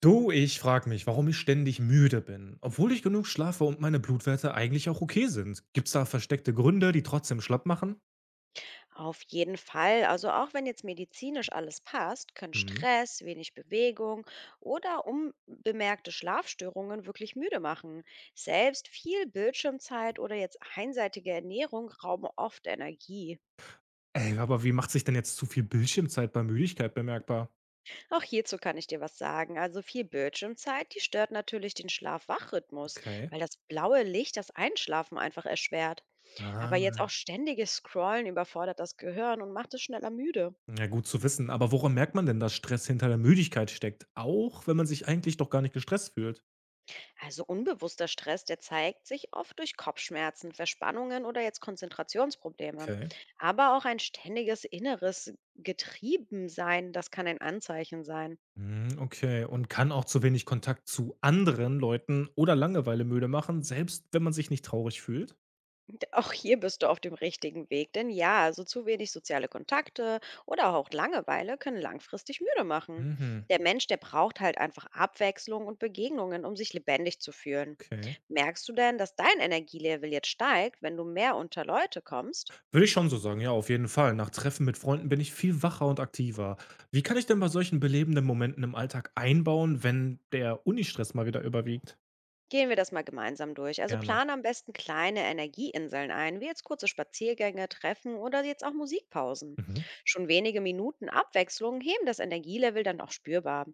Du, ich frage mich, warum ich ständig müde bin, obwohl ich genug schlafe und meine Blutwerte eigentlich auch okay sind. Gibt's da versteckte Gründe, die trotzdem schlapp machen? Auf jeden Fall. Also auch wenn jetzt medizinisch alles passt, können Mhm. Stress, wenig Bewegung oder unbemerkte Schlafstörungen wirklich müde machen. Selbst viel Bildschirmzeit oder jetzt einseitige Ernährung rauben oft Energie. Ey, aber wie macht sich denn jetzt zu viel Bildschirmzeit bei Müdigkeit bemerkbar? Auch hierzu kann ich dir was sagen. Also viel Bildschirmzeit, die stört natürlich den Schlaf-Wach-Rhythmus, Okay. weil das blaue Licht das Einschlafen einfach erschwert. Aber jetzt Ah. auch ständiges Scrollen überfordert das Gehirn und macht es schneller müde. Ja, gut zu wissen. Aber woran merkt man denn, dass Stress hinter der Müdigkeit steckt? Auch wenn man sich eigentlich doch gar nicht gestresst fühlt. Also unbewusster Stress, der zeigt sich oft durch Kopfschmerzen, Verspannungen oder jetzt Konzentrationsprobleme. Okay. Aber auch ein ständiges inneres Getriebensein, das kann ein Anzeichen sein. Mhm, okay, und kann auch zu wenig Kontakt zu anderen Leuten oder Langeweile müde machen, selbst wenn man sich nicht traurig fühlt? Auch hier bist du auf dem richtigen Weg, denn ja, also zu wenig soziale Kontakte oder auch Langeweile können langfristig müde machen. Mhm. Der Mensch, der braucht halt einfach Abwechslung und Begegnungen, um sich lebendig zu fühlen. Okay. Merkst du denn, dass dein Energielevel jetzt steigt, wenn du mehr unter Leute kommst? Würde ich schon so sagen, ja, auf jeden Fall. Nach Treffen mit Freunden bin ich viel wacher und aktiver. Wie kann ich denn bei solchen belebenden Momenten im Alltag einbauen, wenn der Unistress mal wieder überwiegt? Gehen wir das mal gemeinsam durch. Also Gerne. plan am besten kleine Energieinseln ein, wie jetzt kurze Spaziergänge, Treffen oder jetzt auch Musikpausen. Mhm. Schon wenige Minuten Abwechslung heben das Energielevel dann auch spürbar.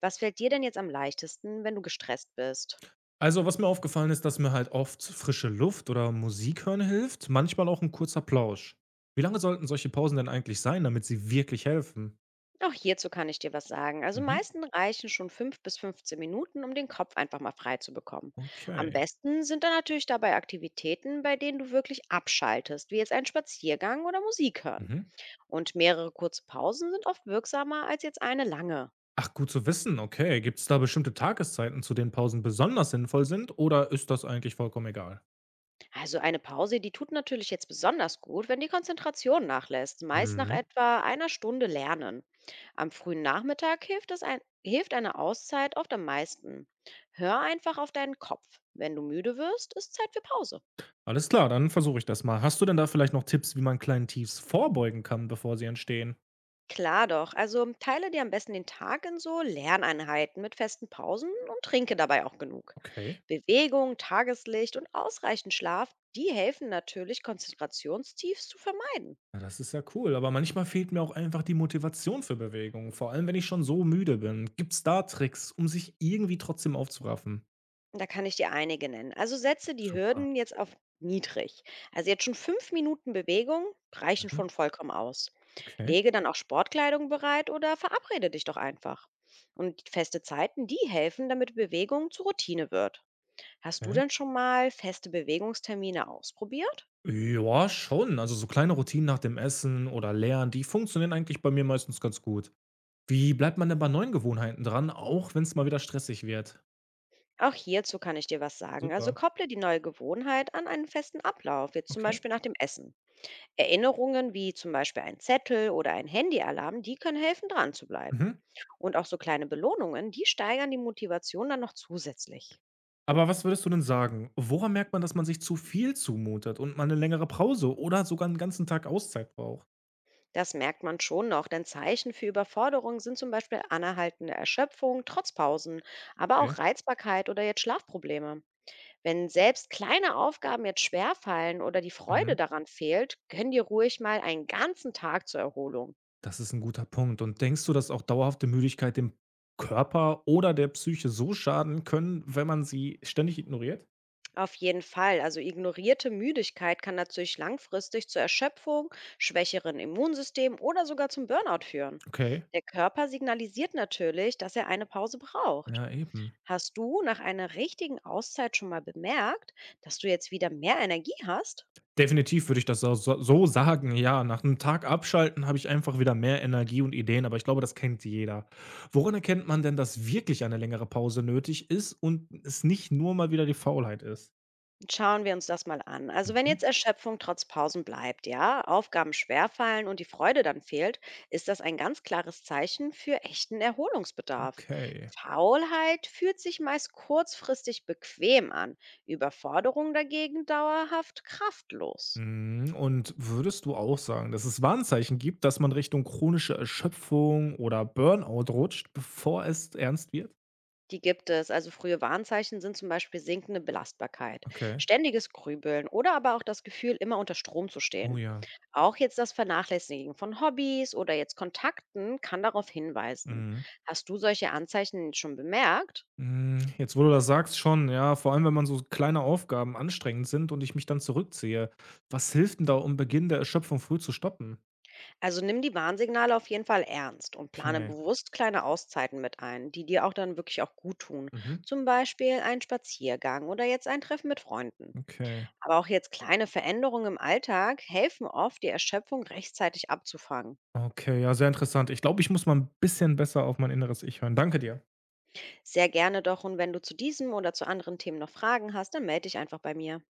Was fällt dir denn jetzt am leichtesten, wenn du gestresst bist? Also, was mir aufgefallen ist, dass mir halt oft frische Luft oder Musik hören hilft, manchmal auch ein kurzer Plausch. Wie lange sollten solche Pausen denn eigentlich sein, damit sie wirklich helfen? Auch hierzu kann ich dir was sagen. Also Mhm. meisten reichen schon 5 bis 15 Minuten, um den Kopf einfach mal frei zu bekommen. Am Okay. besten sind dann natürlich dabei Aktivitäten, bei denen du wirklich abschaltest, wie jetzt ein Spaziergang oder Musik hören. Mhm. Und mehrere kurze Pausen sind oft wirksamer als jetzt eine lange. Ach, gut zu wissen, okay. Gibt es da bestimmte Tageszeiten, zu denen Pausen besonders sinnvoll sind, oder ist das eigentlich vollkommen egal? Also eine Pause, die tut natürlich jetzt besonders gut, wenn die Konzentration nachlässt, meist nach Mhm. etwa einer Stunde Lernen. Am frühen Nachmittag hilft eine Auszeit oft am meisten. Hör einfach auf deinen Kopf. Wenn du müde wirst, ist Zeit für Pause. Alles klar, dann versuche ich das mal. Hast du denn da vielleicht noch Tipps, wie man kleinen Tiefs vorbeugen kann, bevor sie entstehen? Klar doch. Also teile dir am besten den Tag in so Lerneinheiten mit festen Pausen und trinke dabei auch genug. Okay. Bewegung, Tageslicht und ausreichend Schlaf, die helfen natürlich, Konzentrationstiefs zu vermeiden. Ja, das ist ja cool, aber manchmal fehlt mir auch einfach die Motivation für Bewegung, vor allem wenn ich schon so müde bin. Gibt's da Tricks, um sich irgendwie trotzdem aufzuraffen? Da kann ich dir einige nennen. Also setze die Super. Hürden jetzt auf niedrig. Also jetzt schon 5 Minuten Bewegung reichen Mhm. schon vollkommen aus. Okay, Lege dann auch Sportkleidung bereit oder verabrede dich doch einfach. Und feste Zeiten, die helfen, damit Bewegung zur Routine wird. Hast du okay. denn schon mal feste Bewegungstermine ausprobiert? Ja, schon. Also so kleine Routinen nach dem Essen oder Lernen, die funktionieren eigentlich bei mir meistens ganz gut. Wie bleibt man denn bei neuen Gewohnheiten dran, auch wenn es mal wieder stressig wird? Auch hierzu kann ich dir was sagen. Also Super. kopple die neue Gewohnheit an einen festen Ablauf, jetzt zum Okay. Beispiel nach dem Essen. Erinnerungen wie zum Beispiel ein Zettel oder ein Handyalarm, die können helfen, dran zu Mhm. bleiben. Und auch so kleine Belohnungen, die steigern die Motivation dann noch zusätzlich. Aber was würdest du denn sagen? Woran merkt man, dass man sich zu viel zumutet und mal 'ne längere Pause oder sogar 'n ganzen Tag Auszeit braucht? Das merkt man schon noch, denn Zeichen für Überforderung sind zum Beispiel anerhaltende Erschöpfung, trotz Pausen, aber Okay. auch Reizbarkeit oder jetzt Schlafprobleme. Wenn selbst kleine Aufgaben jetzt schwerfallen oder die Mhm. Freude daran fehlt, gönn dir ruhig mal einen ganzen Tag zur Erholung. Das ist 'n guter Punkt. Und denkst du, dass auch dauerhafte Müdigkeit dem Körper oder der Psyche so schaden können, wenn man sie ständig ignoriert? Auf jeden Fall. Also ignorierte Müdigkeit kann natürlich langfristig zur Erschöpfung, schwächeren Immunsystem oder sogar zum Burnout führen. Okay, Der Körper signalisiert natürlich, dass er eine Pause braucht. ja eben. Hast du nach einer richtigen Auszeit schon mal bemerkt, dass du jetzt wieder mehr Energie hast? Definitiv würde ich das so sagen, ja. Nach 'nem Tag abschalten habe ich einfach wieder mehr Energie und Ideen, aber ich glaube, das kennt jeder. Woran erkennt man denn, dass wirklich eine längere Pause nötig ist und es nicht nur mal wieder die Faulheit ist? Schauen wir uns das mal an. Also wenn Mhm, jetzt Erschöpfung trotz Pausen bleibt, ja, Aufgaben schwerfallen und die Freude dann fehlt, ist das ein ganz klares Zeichen für echten Erholungsbedarf. okay. Faulheit fühlt sich meist kurzfristig bequem an, Überforderung dagegen dauerhaft kraftlos. Mhm, und würdest du auch sagen, dass es Warnzeichen gibt, dass man Richtung chronische Erschöpfung oder Burnout rutscht, bevor es ernst wird? Die gibt es. Also frühe Warnzeichen sind zum Beispiel sinkende Belastbarkeit, Okay. ständiges Grübeln oder aber auch das Gefühl, immer unter Strom zu Oh stehen. ja. Auch jetzt das Vernachlässigen von Hobbys oder jetzt Kontakten kann darauf hinweisen. Mhm. Hast du solche Anzeichen schon bemerkt? Hm, jetzt, wo du das sagst, schon, ja, vor allem, wenn man so kleine Aufgaben anstrengend sind und ich mich dann zurückziehe. Was hilft denn da, um Beginn der Erschöpfung früh zu stoppen? Also nimm die Warnsignale auf jeden Fall ernst und plane Okay. bewusst kleine Auszeiten mit ein, die dir auch dann wirklich auch gut tun. Mhm. Zum Beispiel ein Spaziergang oder jetzt ein Treffen mit Freunden. Okay. Aber auch jetzt kleine Veränderungen im Alltag helfen oft, die Erschöpfung rechtzeitig abzufangen. Okay, ja, sehr interessant. Ich glaube, ich muss mal ein bisschen besser auf mein inneres Ich hören. Danke dir. Sehr gerne doch und wenn du zu diesem oder zu anderen Themen noch Fragen hast, dann melde dich einfach bei mir.